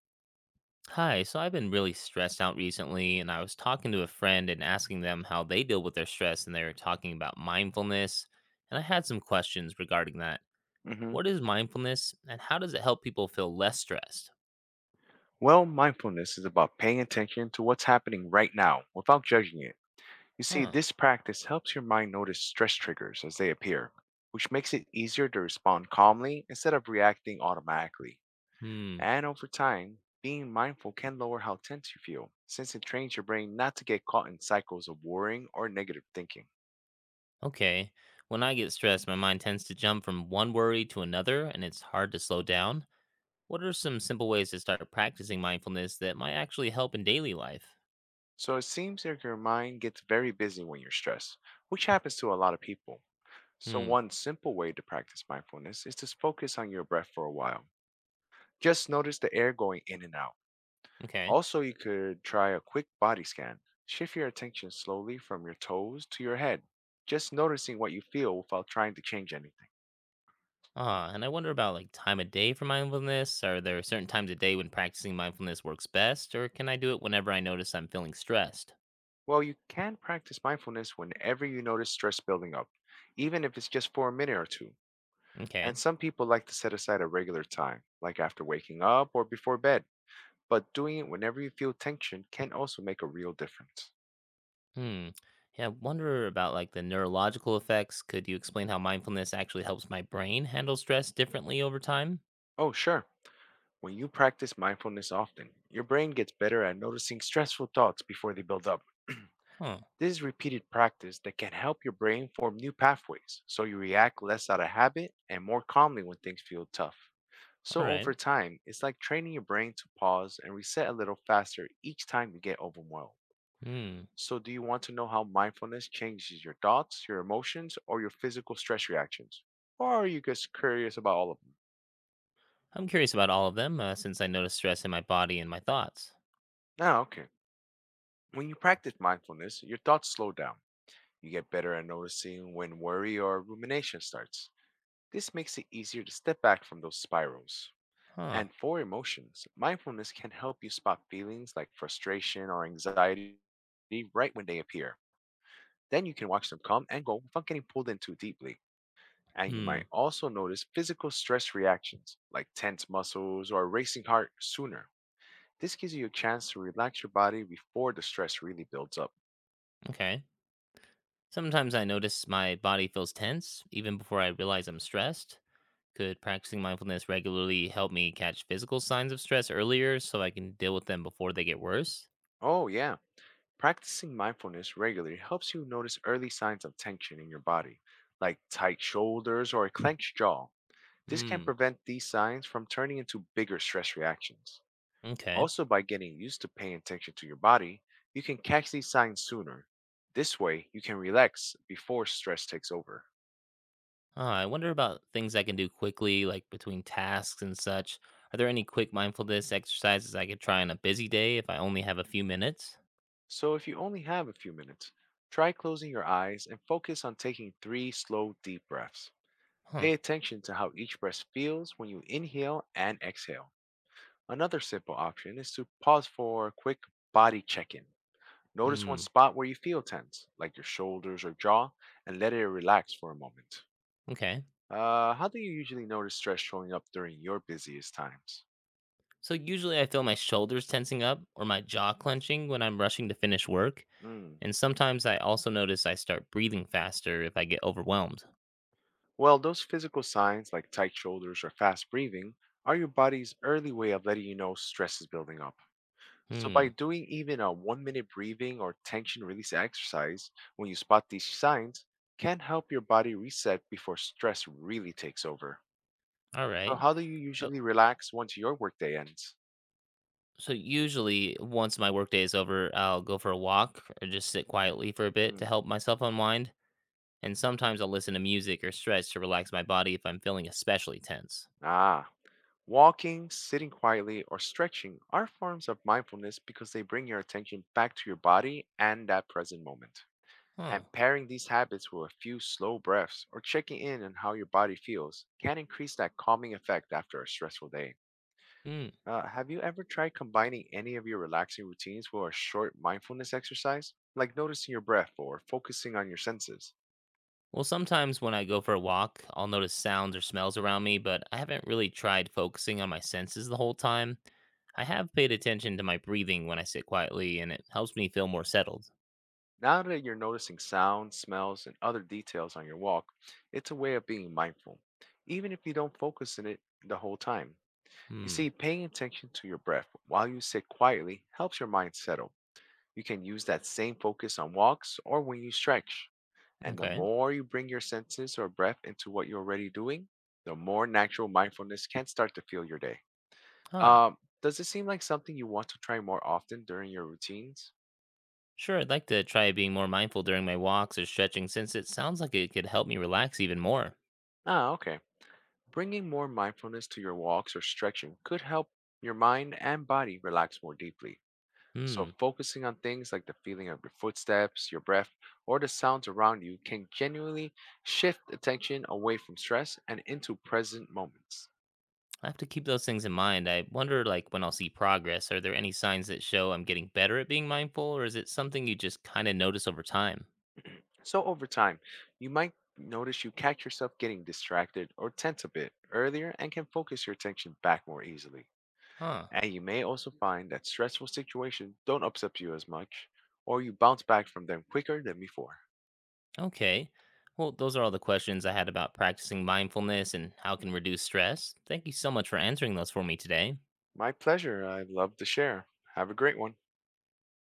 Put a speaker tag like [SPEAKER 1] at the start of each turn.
[SPEAKER 1] Hi, so I've been really stressed out recently, and I was talking to a friend and asking them how they deal with their stress, and they were talking about mindfulness. And I had some questions regarding that.
[SPEAKER 2] Hmm.
[SPEAKER 1] What is mindfulness, and how does it help people feel less stressed?
[SPEAKER 2] Well, mindfulness is about paying attention to what's happening right now without judging it. You see,
[SPEAKER 1] Huh.
[SPEAKER 2] this practice helps your mind notice stress triggers as they appear, which makes it easier to respond calmly instead of reacting automatically.
[SPEAKER 1] Hmm.
[SPEAKER 2] And over time, being mindful can lower how tense you feel, since it trains your brain not to get caught in cycles of worrying or negative thinking.
[SPEAKER 1] Okay. When I get stressed, my mind tends to jump from one worry to another, and it's hard to slow down. What are some simple ways to start practicing mindfulness that might actually help in daily life?
[SPEAKER 2] So it seems like your mind gets very busy when you're stressed, which happens to a lot of people. So,
[SPEAKER 1] Hmm.
[SPEAKER 2] one simple way to practice mindfulness is to focus on your breath for a while. Just notice the air going in and out.
[SPEAKER 1] Okay.
[SPEAKER 2] Also, you could try a quick body scan. Shift your attention slowly from your toes to your head, just noticing what you feel without trying to change anything.
[SPEAKER 1] Ah, and I wonder about like time of day for mindfulness. Are there certain times of day when practicing mindfulness works best, or can I do it whenever I notice I'm feeling stressed?
[SPEAKER 2] Well, you can practice mindfulness whenever you notice stress building up, even if it's just for a minute or two. And
[SPEAKER 1] Okay.
[SPEAKER 2] some people like to set aside a regular time, like after waking up or before bed. But doing it whenever you feel tension can also make a real difference.
[SPEAKER 1] Hmm. Yeah, I wonder about like the neurological effects. Could you explain how mindfulness actually helps my brain handle stress differently over time?
[SPEAKER 2] Oh, sure. When you practice mindfulness often, your brain gets better at noticing stressful thoughts before they build up.
[SPEAKER 1] Huh.
[SPEAKER 2] This is repeated practice that can help your brain form new pathways so you react less out of habit and more calmly when things feel tough.
[SPEAKER 1] All
[SPEAKER 2] So
[SPEAKER 1] right.
[SPEAKER 2] over time, it's like training your brain to pause and reset a little faster each time you get overwhelmed.
[SPEAKER 1] Hmm.
[SPEAKER 2] So do you want to know how mindfulness changes your thoughts, your emotions, or your physical stress reactions? Or are you just curious about all of them?
[SPEAKER 1] I'm curious about all of them since I notice stress in my body and my thoughts.
[SPEAKER 2] Now, okay. When you practice mindfulness, your thoughts slow down. You get better at noticing when worry or rumination starts. This makes it easier to step back from those spirals.
[SPEAKER 1] Huh.
[SPEAKER 2] And for emotions, mindfulness can help you spot feelings like frustration or anxiety right when they appear. Then you can watch them come and go without getting pulled in too deeply. And you
[SPEAKER 1] Hmm.
[SPEAKER 2] might also notice physical stress reactions like tense muscles or a racing heart sooner. This gives you a chance to relax your body before the stress really builds up.
[SPEAKER 1] Okay. Sometimes I notice my body feels tense even before I realize I'm stressed. Could practicing mindfulness regularly help me catch physical signs of stress earlier so I can deal with them before they get worse?
[SPEAKER 2] Oh, yeah. Practicing mindfulness regularly helps you notice early signs of tension in your body, like tight shoulders or a clenched jaw. This can
[SPEAKER 1] Hmm.
[SPEAKER 2] prevent these signs from turning into bigger stress reactions.
[SPEAKER 1] Okay.
[SPEAKER 2] Also, by getting used to paying attention to your body, you can catch these signs sooner. This way, you can relax before stress takes over.
[SPEAKER 1] I wonder about things I can do quickly, like between tasks and such. Are there any quick mindfulness exercises I could try on a busy day if I only have a few minutes?
[SPEAKER 2] So, if you only have a few minutes, try closing your eyes and focus on taking three slow, deep breaths.
[SPEAKER 1] Huh.
[SPEAKER 2] Pay attention to how each breath feels when you inhale and exhale. Another simple option is to pause for a quick body check in. Notice one
[SPEAKER 1] Hmm.
[SPEAKER 2] spot where you feel tense, like your shoulders or jaw, and let it relax for a moment.
[SPEAKER 1] Okay.
[SPEAKER 2] How do you usually notice stress showing up during your busiest times?
[SPEAKER 1] So usually I feel my shoulders tensing up or my jaw clenching when I'm rushing to finish work.
[SPEAKER 2] Mm.
[SPEAKER 1] And sometimes I also notice I start breathing faster if I get overwhelmed.
[SPEAKER 2] Well, those physical signs like tight shoulders or fast breathing are your body's early way of letting you know stress is building up. So, by
[SPEAKER 1] Hmm.
[SPEAKER 2] doing even a 1 minute breathing or tension release exercise when you spot these signs can help your body reset before stress really takes over.
[SPEAKER 1] All
[SPEAKER 2] So,
[SPEAKER 1] right.
[SPEAKER 2] how do you
[SPEAKER 1] Oh,
[SPEAKER 2] usually relax once your workday ends?
[SPEAKER 1] so usually, once my workday is over, I'll go for a walk or just sit quietly for a bit to
[SPEAKER 2] Hmm.
[SPEAKER 1] help myself unwind. And sometimes I'll listen to music or stretch to relax my body if I'm feeling especially tense.
[SPEAKER 2] Ah, walking, sitting quietly, or stretching are forms of mindfulness because they bring your attention back to your body and that present moment.
[SPEAKER 1] Huh.
[SPEAKER 2] And pairing these habits with a few slow breaths or checking in on how your body feels can increase that calming effect after a stressful day.
[SPEAKER 1] Mm.
[SPEAKER 2] Have you ever tried combining any of your relaxing routines with a short mindfulness exercise, like noticing your breath or focusing on your senses?
[SPEAKER 1] Well, sometimes when I go for a walk, I'll notice sounds or smells around me, but I haven't really tried focusing on my senses the whole time. I have paid attention to my breathing when I sit quietly, and it helps me feel more settled.
[SPEAKER 2] Now that you're noticing sounds, smells, and other details on your walk, it's a way of being mindful, even if you don't focus on it the whole time. You
[SPEAKER 1] Hmm.
[SPEAKER 2] see, paying attention to your breath while you sit quietly helps your mind settle. You can use that same focus on walks or when you stretch. And the
[SPEAKER 1] Okay.
[SPEAKER 2] more you bring your senses or breath into what you're already doing, the more natural mindfulness can start to feel your day.
[SPEAKER 1] Huh.
[SPEAKER 2] Does it seem like something you want to try more often during your routines?
[SPEAKER 1] Sure, I'd like to try being more mindful during my walks or stretching since it sounds like it could help me relax even more.
[SPEAKER 2] Ah, okay. Bringing more mindfulness to your walks or stretching could help your mind and body relax more deeply. So,
[SPEAKER 1] Hmm.
[SPEAKER 2] focusing on things like the feeling of your footsteps, your breath, or the sounds around you can genuinely shift attention away from stress and into present moments.
[SPEAKER 1] I have to keep those things in mind. I wonder like when I'll see progress, are there any signs that show I'm getting better at being mindful, or is it something you just kind of notice over time?
[SPEAKER 2] So, over time, you might notice you catch yourself getting distracted or tense a bit earlier and can focus your attention back more easily.
[SPEAKER 1] Huh.
[SPEAKER 2] And you may also find that stressful situations don't upset you as much, or you bounce back from them quicker than before.
[SPEAKER 1] Okay. Well, those are all the questions I had about practicing mindfulness and how it can reduce stress. Thank you so much for answering those for me today.
[SPEAKER 2] My pleasure. I'd love to share. Have a great one.